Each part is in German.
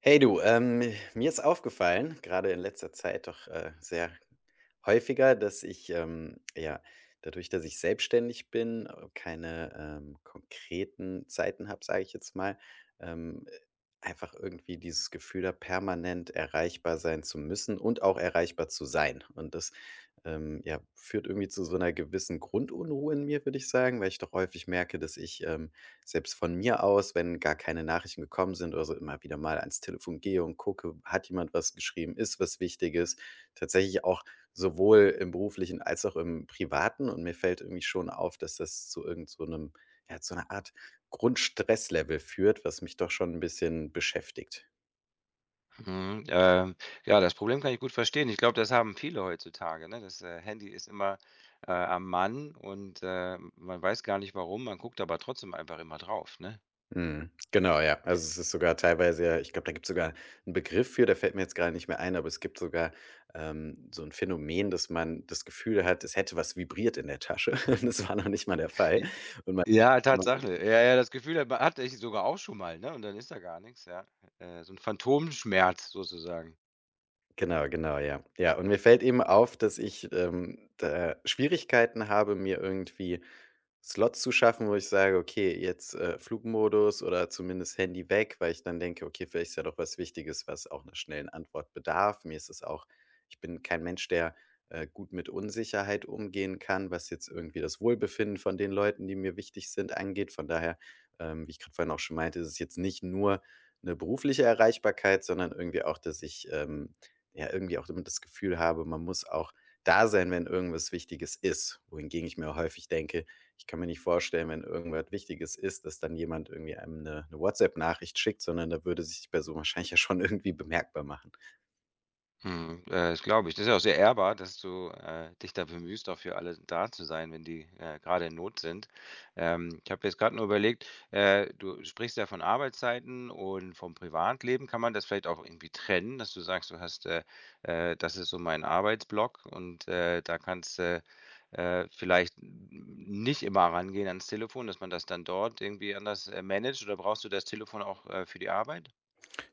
Hey du, mir ist aufgefallen, gerade in letzter Zeit doch sehr häufiger, dass ich, ja, dadurch, dass ich selbstständig bin, keine konkreten Zeiten habe, sage ich jetzt mal, ähm, äh, einfach irgendwie dieses Gefühl habe, permanent erreichbar sein zu müssen und auch erreichbar zu sein. Und das ja, führt irgendwie zu so einer gewissen Grundunruhe in mir, würde ich sagen, weil ich doch häufig merke, dass ich selbst von mir aus, wenn gar keine Nachrichten gekommen sind oder so, immer wieder mal ans Telefon gehe und gucke, hat jemand was geschrieben, ist was Wichtiges. Tatsächlich auch sowohl im beruflichen als auch im privaten. Und mir fällt irgendwie schon auf, dass das zu irgend so 'nem ja, zu einer Art Grundstresslevel führt, was mich doch schon ein bisschen beschäftigt. Mhm, ähm, ja, das Problem kann ich gut verstehen. Ich glaube, das haben viele heutzutage, ne? Das, Handy ist immer, am Mann und, man weiß gar nicht warum, man guckt aber trotzdem einfach immer drauf, ne? Mhm. Genau, ja. Also, es ist sogar teilweise ja, ich glaube, da gibt es sogar einen Begriff für, der fällt mir jetzt gerade nicht mehr ein, aber es gibt sogar, so ein Phänomen, dass man das Gefühl hat, es hätte was vibriert in der Tasche. Das war noch nicht mal der Fall. J Und man ja, Tatsache. Ja, ja, das Gefühl hatte ich sogar auch schon mal, ne, und dann ist da gar nichts. Ja. So ein Phantomschmerz sozusagen. genau, genau, ja. Ja, und mir fällt eben auf, dass ich, da Schwierigkeiten habe, mir irgendwie Slots zu schaffen, wo ich sage: „Okay, jetzt, Flugmodus oder zumindest Handy weg“, weil ich dann denke: „Okay, vielleicht ist ja doch was Wichtiges, was auch 'ner schnellen Antwort bedarf.“ Mir ist es auch, ich bin kein Mensch, der, gut mit Unsicherheit umgehen kann, was jetzt irgendwie das Wohlbefinden von den Leuten, die mir wichtig sind, angeht. Von daher, wie ich gerade vorhin auch schon meinte, ist es jetzt nicht nur eine berufliche Erreichbarkeit, sondern irgendwie auch, dass ich, ja, irgendwie auch immer das Gefühl habe, man muss auch da sein, wenn irgendwas Wichtiges ist. Wohingegen ich mir häufig denke: Ich kann mir nicht vorstellen, wenn irgendwas Wichtiges ist, dass dann jemand irgendwie einem eine 'ne WhatsApp-Nachricht schickt, sondern da würde sich die Person wahrscheinlich ja schon irgendwie bemerkbar machen. Mhm, Das glaube ich. Das ist ja auch sehr ehrbar, dass du, dich da bemühst, auch für alle da zu sein, wenn die, grade in Not sind. Ich habe jetzt gerade nur überlegt, du sprichst ja von Arbeitszeiten und vom Privatleben. Kann man das vielleicht auch irgendwie trennen, dass du sagst, du hast, das ist so mein Arbeitsblock und, da kannst du vielleicht nicht immer rangehen ans Telefon, dass man das dann dort irgendwie anders, managt, oder brauchst du das Telefon auch, für die Arbeit?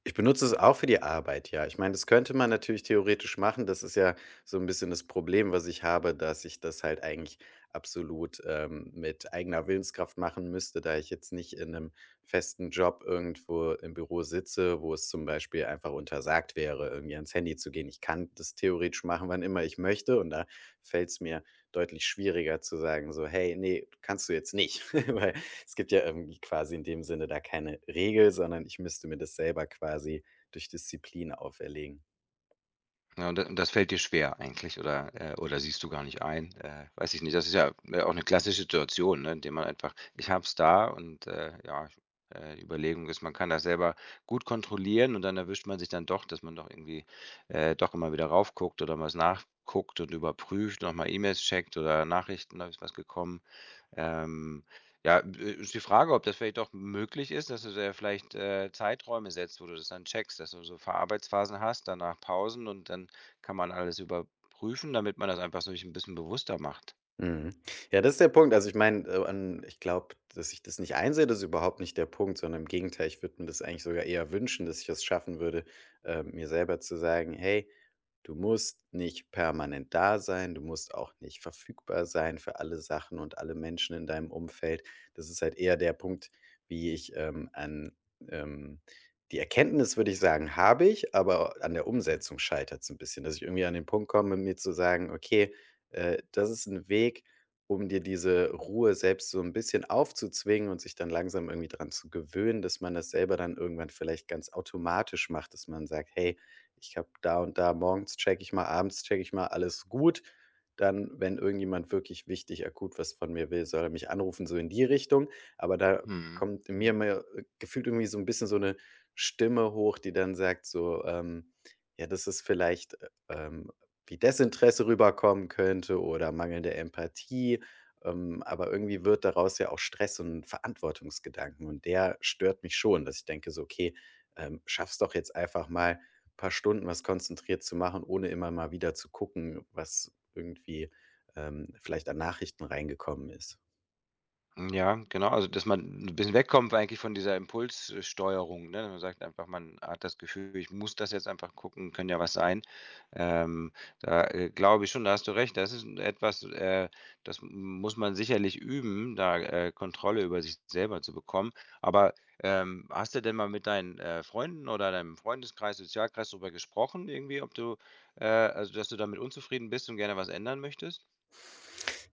Ich benutze es auch für die Arbeit, ja. Ich meine, das könnte man natürlich theoretisch machen. Das ist ja so ein bisschen das Problem, was ich habe, dass ich das halt eigentlich absolut, mit eigener Willenskraft machen müsste, da ich jetzt nicht in einem festen Job irgendwo im Büro sitze, wo es zum Beispiel einfach untersagt wäre, irgendwie ans Handy zu gehen. Ich kann das theoretisch machen, wann immer ich möchte, und da fällt es mir deutlich schwieriger zu sagen so: „Hey, nee, kannst du jetzt nicht“, weil es gibt ja irgendwie quasi in dem Sinne da keine Regel, sondern ich müsste mir das selber quasi durch Disziplin auferlegen. Ja, und das fällt dir schwer eigentlich, oder oder siehst du gar nicht ein? Weiß ich nicht. Das ist ja, auch eine klassische Situation, ne, in der man einfach ich habe es da und, ja, ich die Überlegung ist, man kann das selber gut kontrollieren, und dann erwischt man sich dann doch, dass man doch irgendwie, doch immer wieder raufguckt oder was nachguckt und überprüft, nochmal E-Mails checkt oder Nachrichten: „Da ist was gekommen?“ ähm, ja, ist die Frage, ob das vielleicht doch möglich ist, dass du dir vielleicht, Zeiträume setzt, wo du das dann checkst, dass du so Verarbeitsphasen hast, danach Pausen, und dann kann man alles überprüfen, damit man das einfach so sich 'n bisschen bewusster macht. Mhm. Ja, das ist der Punkt. Also ich meine, an, ich glaube, dass ich das nicht einsehe, das ist überhaupt nicht der Punkt, sondern im Gegenteil, ich würde mir das eigentlich sogar eher wünschen, dass ich es schaffen würde, mir selber zu sagen, hey, du musst nicht permanent da sein, du musst auch nicht verfügbar sein für alle Sachen und alle Menschen in deinem Umfeld. Das ist halt eher der Punkt, wie ich an ähm, die Erkenntnis, würde ich sagen, habe ich, aber an der Mhm. Umsetzung scheitert es ein bisschen, dass ich irgendwie an den Punkt komme, mir zu sagen, okay, das ist ein Weg, um dir diese Ruhe selbst so ein bisschen aufzuzwingen und sich dann langsam irgendwie dran zu gewöhnen, dass man das selber dann irgendwann vielleicht ganz automatisch macht, dass man sagt: „Hey, ich habe da und da, morgens checke ich mal, abends checke ich mal, alles gut. Dann, wenn irgendjemand wirklich wichtig akut was von mir will, soll er mich anrufen“, so in die Richtung. Aber da Mhm. kommt in mir Mhm. immer gefühlt irgendwie so ein bisschen so eine Stimme hoch, die dann sagt so, ja, das ist vielleicht, wie Desinteresse rüberkommen könnte oder mangelnde Empathie. Aber irgendwie wird daraus ja auch Stress und Verantwortungsgedanken und der stört mich schon, dass ich denke so: „Okay, schaff's doch jetzt einfach mal, ein paar Stunden was konzentriert zu machen, ohne immer mal wieder zu gucken, was irgendwie, vielleicht an Nachrichten reingekommen ist.“ Hm, ja, genau, also dass man ein bisschen wegkommt eigentlich von dieser Impuls ne? Man sagt einfach, man hat das Gefühl: „Ich muss das jetzt einfach gucken, könnte ja was sein.“ Ähm, Da, glaube ich schon, da hast du recht. Das ist etwas, das muss man sicherlich üben, da, Kontrolle über sich selber zu bekommen. Aber, hast du denn mal mit deinen, Freunden oder deinem Freundeskreis, Sozialkreis darüber gesprochen irgendwie, ob du, also dass du damit unzufrieden bist und gerne was ändern möchtest?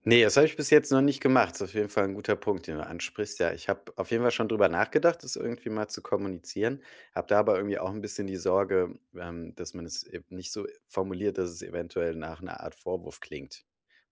Ne, das habe ich bis jetzt noch nicht gemacht. Ist auf jeden Fall ein guter Punkt, den du ansprichst. Ja, ich habe auf jeden Fall schon drüber nachgedacht, das irgendwie mal zu kommunizieren, habe da aber irgendwie auch ein bisschen die Sorge, dass man es eben nicht so formuliert, dass es eventuell nach einer Art Vorwurf klingt.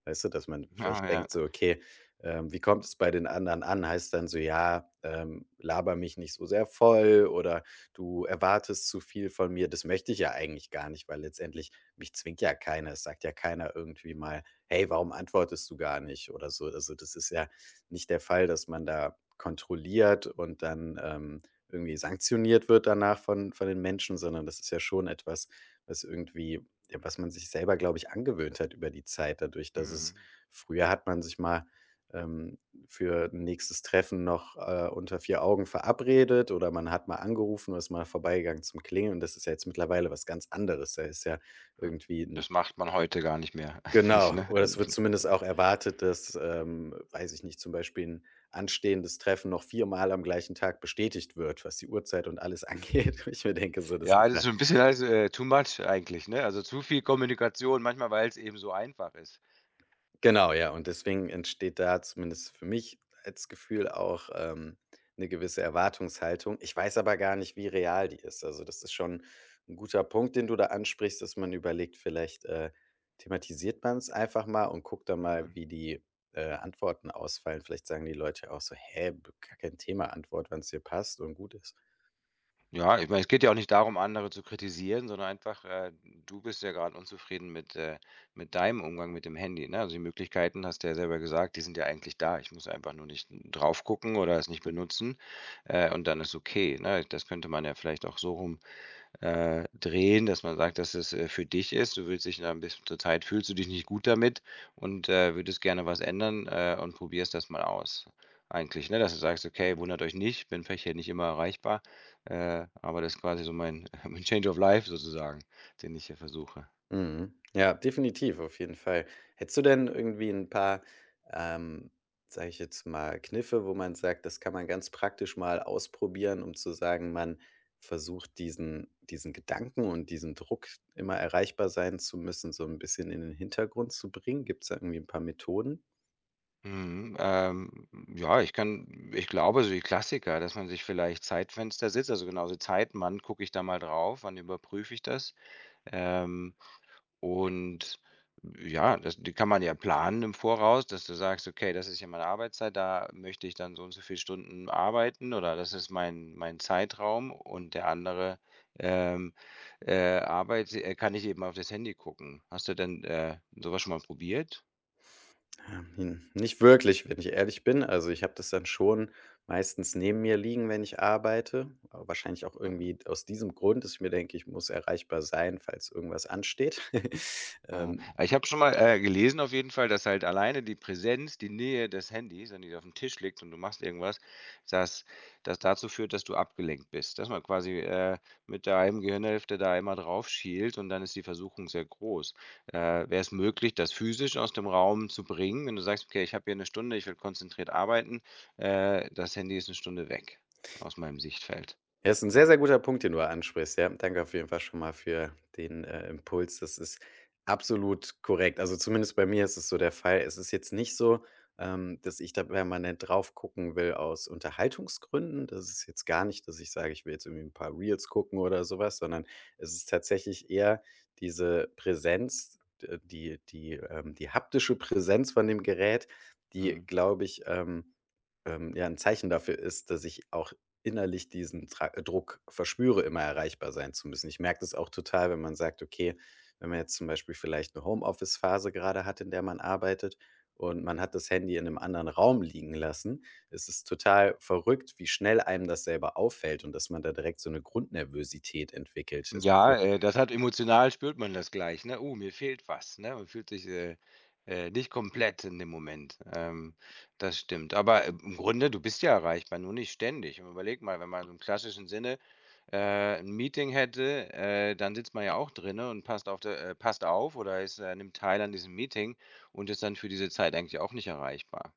Weißt du, dass man Ah vielleicht ja, denkt so: „Okay, wie kommt es bei den anderen an?“ Heißt dann so: „Ja, laber mich nicht so sehr voll“ oder „Du erwartest zu viel von mir.“ Das möchte ich ja eigentlich gar nicht, weil letztendlich mich zwingt ja keiner. Es sagt ja keiner irgendwie mal hey, warum antwortest du gar nicht oder so. Also das ist ja nicht der Fall, dass man da kontrolliert und dann irgendwie sanktioniert wird danach von den Menschen, sondern das ist ja schon etwas, was irgendwie, ja, was man sich selber, glaube ich, angewöhnt hat über die Zeit, dadurch, dass es mhm. früher hat man sich mal ähm, für ein nächstes Treffen noch unter vier Augen verabredet oder man hat mal angerufen oder ist mal vorbeigegangen zum Klingeln. Und das ist ja jetzt mittlerweile was ganz anderes. Da ist ja Mhm. irgendwie ein Das macht man heute gar nicht mehr eigentlich, genau, ne? oder es wird Nicht- zumindest Ja, auch erwartet, dass, weiß ich nicht, zum Beispiel ein anstehendes Treffen noch viermal am gleichen Tag bestätigt wird, was die Uhrzeit und alles angeht. Ich mir denke, so, das ja, ist das ist ja so 'n bisschen alles, too much eigentlich, ne? Also, zu viel Kommunikation manchmal, weil es eben so einfach ist. genau, ja, und deswegen entsteht da zumindest für mich als Gefühl auch, 'ne gewisse Erwartungshaltung. Ich weiß aber gar nicht, wie real die ist. Also, das ist schon ein guter Punkt, den du da ansprichst, dass man überlegt, vielleicht, thematisiert man es einfach mal und guckt dann mal, Mhm. wie die, Antworten ausfallen. Vielleicht sagen die Leute auch so: „Hä, b gar kein Thema“, Antwort, wann es dir passt und gut ist. Ja, ich meine, es geht ja auch nicht darum, andere zu kritisieren, sondern einfach, du bist ja gerade unzufrieden mit deinem Umgang mit dem Handy, ne? Also, die Möglichkeiten, hast du ja selber gesagt, die sind ja eigentlich da. Ich muss einfach nur nicht drauf gucken oder es nicht benutzen, und dann ist okay, ne? Das könnte man ja vielleicht auch so rum drehen, dass man sagt, dass es, für dich ist. Du willst dich da ein bisschen zur Zeit fühlst du dich nicht gut damit, und, würdest gerne was ändern, und probierst das mal aus eigentlich, ne? Dass du sagst: „Okay, wundert euch nicht, bin vielleicht hier nicht immer erreichbar, aber das ist quasi so mein mein Change of Life sozusagen, den ich hier versuche.“ Mhm. Ja, definitiv, auf jeden Fall. Hättest du denn irgendwie ein paar, ähm, sage ich jetzt mal, Kniffe, wo man sagt, das kann man ganz praktisch mal ausprobieren, um zu sagen, man versucht diesen Gedanken und diesen Druck, immer erreichbar sein zu müssen, so ein bisschen in den Hintergrund zu bringen? Gibt's da irgendwie ein paar Methoden? Mhm, ähm, ja, ich glaube, so die Klassiker, dass man sich vielleicht Zeitfenster sitzt, also genauso Zeiten, wann gucke ich da mal drauf, wann überprüfe ich das? Ähm Und ja, das die kann man ja planen im Voraus, dass du sagst: „Okay, das ist ja meine Arbeitszeit, da möchte ich dann so und so viele Stunden arbeiten, oder das ist mein Zeitraum und der andere, ähm, Arbeit kann ich eben auf das Handy gucken.“ Hast du denn, so was schon mal probiert? Ja, hm, nicht wirklich, wenn ich ehrlich bin. Also, ich habe das dann schon meistens neben mir liegen, wenn ich arbeite. Aber wahrscheinlich auch irgendwie aus diesem Grund, dass ich mir denke, ich muss erreichbar sein, falls irgendwas ansteht. Mhm. Ähm, Ich habe schon mal, gelesen auf jeden Fall, dass halt alleine die Präsenz, die Nähe des Handys, wenn die auf dem Tisch liegt und du machst irgendwas, dass das dazu führt, dass du abgelenkt bist. Dass man quasi, mit der halben Gehirnhälfte da einmal drauf schielt, und dann ist die Versuchung sehr groß. Wäre es möglich, das physisch aus dem Raum zu bringen, wenn du sagst: „Okay, ich habe hier eine Stunde, ich will konzentriert arbeiten, das Handy ist eine Stunde weg aus meinem Sichtfeld.“ Ja, ist ein sehr, sehr guter Punkt, den du ansprichst, ja. Danke auf jeden Fall schon mal für den, Impuls. Das ist absolut korrekt. Also, zumindest bei mir ist es so der Fall. Es ist jetzt nicht so, dass ich da permanent drauf gucken will aus Unterhaltungsgründen. Das ist jetzt gar nicht, dass ich sage, ich will jetzt irgendwie ein paar Reels gucken oder sowas, sondern es ist tatsächlich eher diese Präsenz, die haptische Präsenz von dem Gerät, die, Mhm. glaube ich, ja, ein Zeichen dafür ist, dass ich auch innerlich diesen Tra Druck verspüre, immer erreichbar sein zu müssen. Ich merke das auch total, wenn man sagt, okay, wenn man jetzt zum Beispiel vielleicht eine Homeoffice-Phase gerade hat, in der man arbeitet und man hat das Handy in einem anderen Raum liegen lassen. Es ist total verrückt, wie schnell einem das selber auffällt und dass man da direkt so eine Grundnervosität entwickelt. Das ist so Ja, das hat emotional spürt man das gleich, ne? „Oh, mir fehlt was“, ne? Man fühlt sich, nicht komplett in dem Moment. Das stimmt. Aber im Grunde, du bist ja erreichbar, nur nicht ständig. Und überleg mal, wenn man so im klassischen Sinne, 'n Meeting hätte, dann sitzt man ja auch drinne und passt auf oder nimmt teil an diesem Meeting und ist dann für diese Zeit eigentlich auch nicht erreichbar.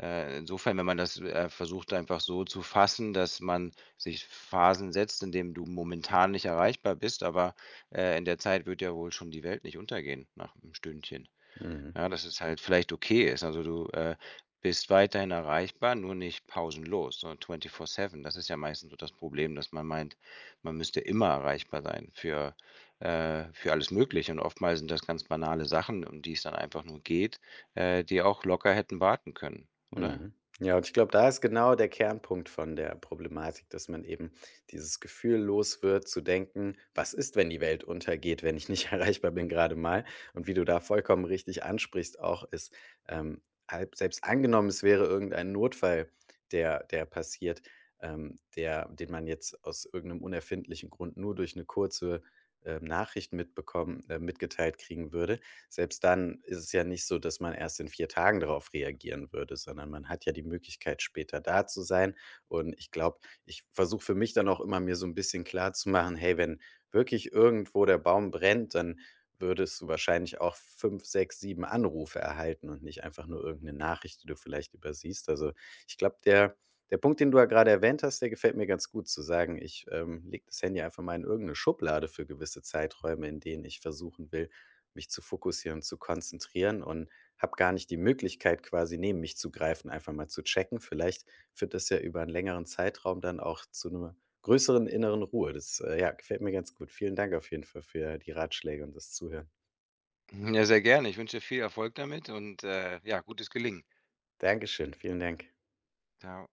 Insofern, wenn man das, versucht, einfach so zu fassen, dass man sich Phasen setzt, in dem du momentan nicht erreichbar bist, aber, in der Zeit wird ja wohl schon die Welt nicht untergehen nach einem Stündchen. mhm. Ja, dass es halt vielleicht okay ist. Also, du, bist weiterhin erreichbar, nur nicht pausenlos, sondern 24/7. Das ist ja meistens so das Problem, dass man meint, man müsste immer erreichbar sein für alles Mögliche. Und oftmals sind das ganz banale Sachen, um die es dann einfach nur geht, die auch locker hätten warten können, oder? Mhm. Ja, und ich glaube, da ist genau der Kernpunkt von der Problematik, dass man eben dieses Gefühl los wird, zu denken: „Was ist, wenn die Welt untergeht, wenn ich nicht erreichbar bin gerade mal?“ Und wie du da vollkommen richtig ansprichst auch, ist, ähm, halb selbst angenommen, es wäre irgendein Notfall, der passiert, der den man jetzt aus irgendeinem unerfindlichen Grund nur durch eine kurze, Nachricht mitbekommen mitgeteilt kriegen würde. Selbst dann ist es ja nicht so, dass man erst in 4 Tagen darauf reagieren würde, sondern man hat ja die Möglichkeit, später da zu sein. Und ich glaube, ich versuche für mich dann auch immer, mir so ein bisschen klar zu machen: „Hey, wenn wirklich irgendwo der Baum brennt, dann würdest du wahrscheinlich auch 5, 6, 7 Anrufe erhalten und nicht einfach nur irgendeine Nachricht, die du vielleicht übersiehst.“ Also, ich glaube, der Punkt, den du ja gerade erwähnt hast, der gefällt mir ganz gut, zu sagen: „Ich, lege das Handy einfach mal in irgendeine Schublade für gewisse Zeiträume, in denen ich versuchen will mich zu fokussieren, zu konzentrieren und habe gar nicht die Möglichkeit, quasi neben mich zu greifen, einfach mal zu checken. Vielleicht führt das ja über einen längeren Zeitraum dann auch zu einer größeren inneren Ruhe. Das, ja, gefällt mir ganz gut. Vielen Dank auf jeden Fall für die Ratschläge und das Zuhören. Ja, sehr gerne. Ich wünsche dir viel Erfolg damit und, ja, gutes Gelingen. Dankeschön, vielen Dank. Da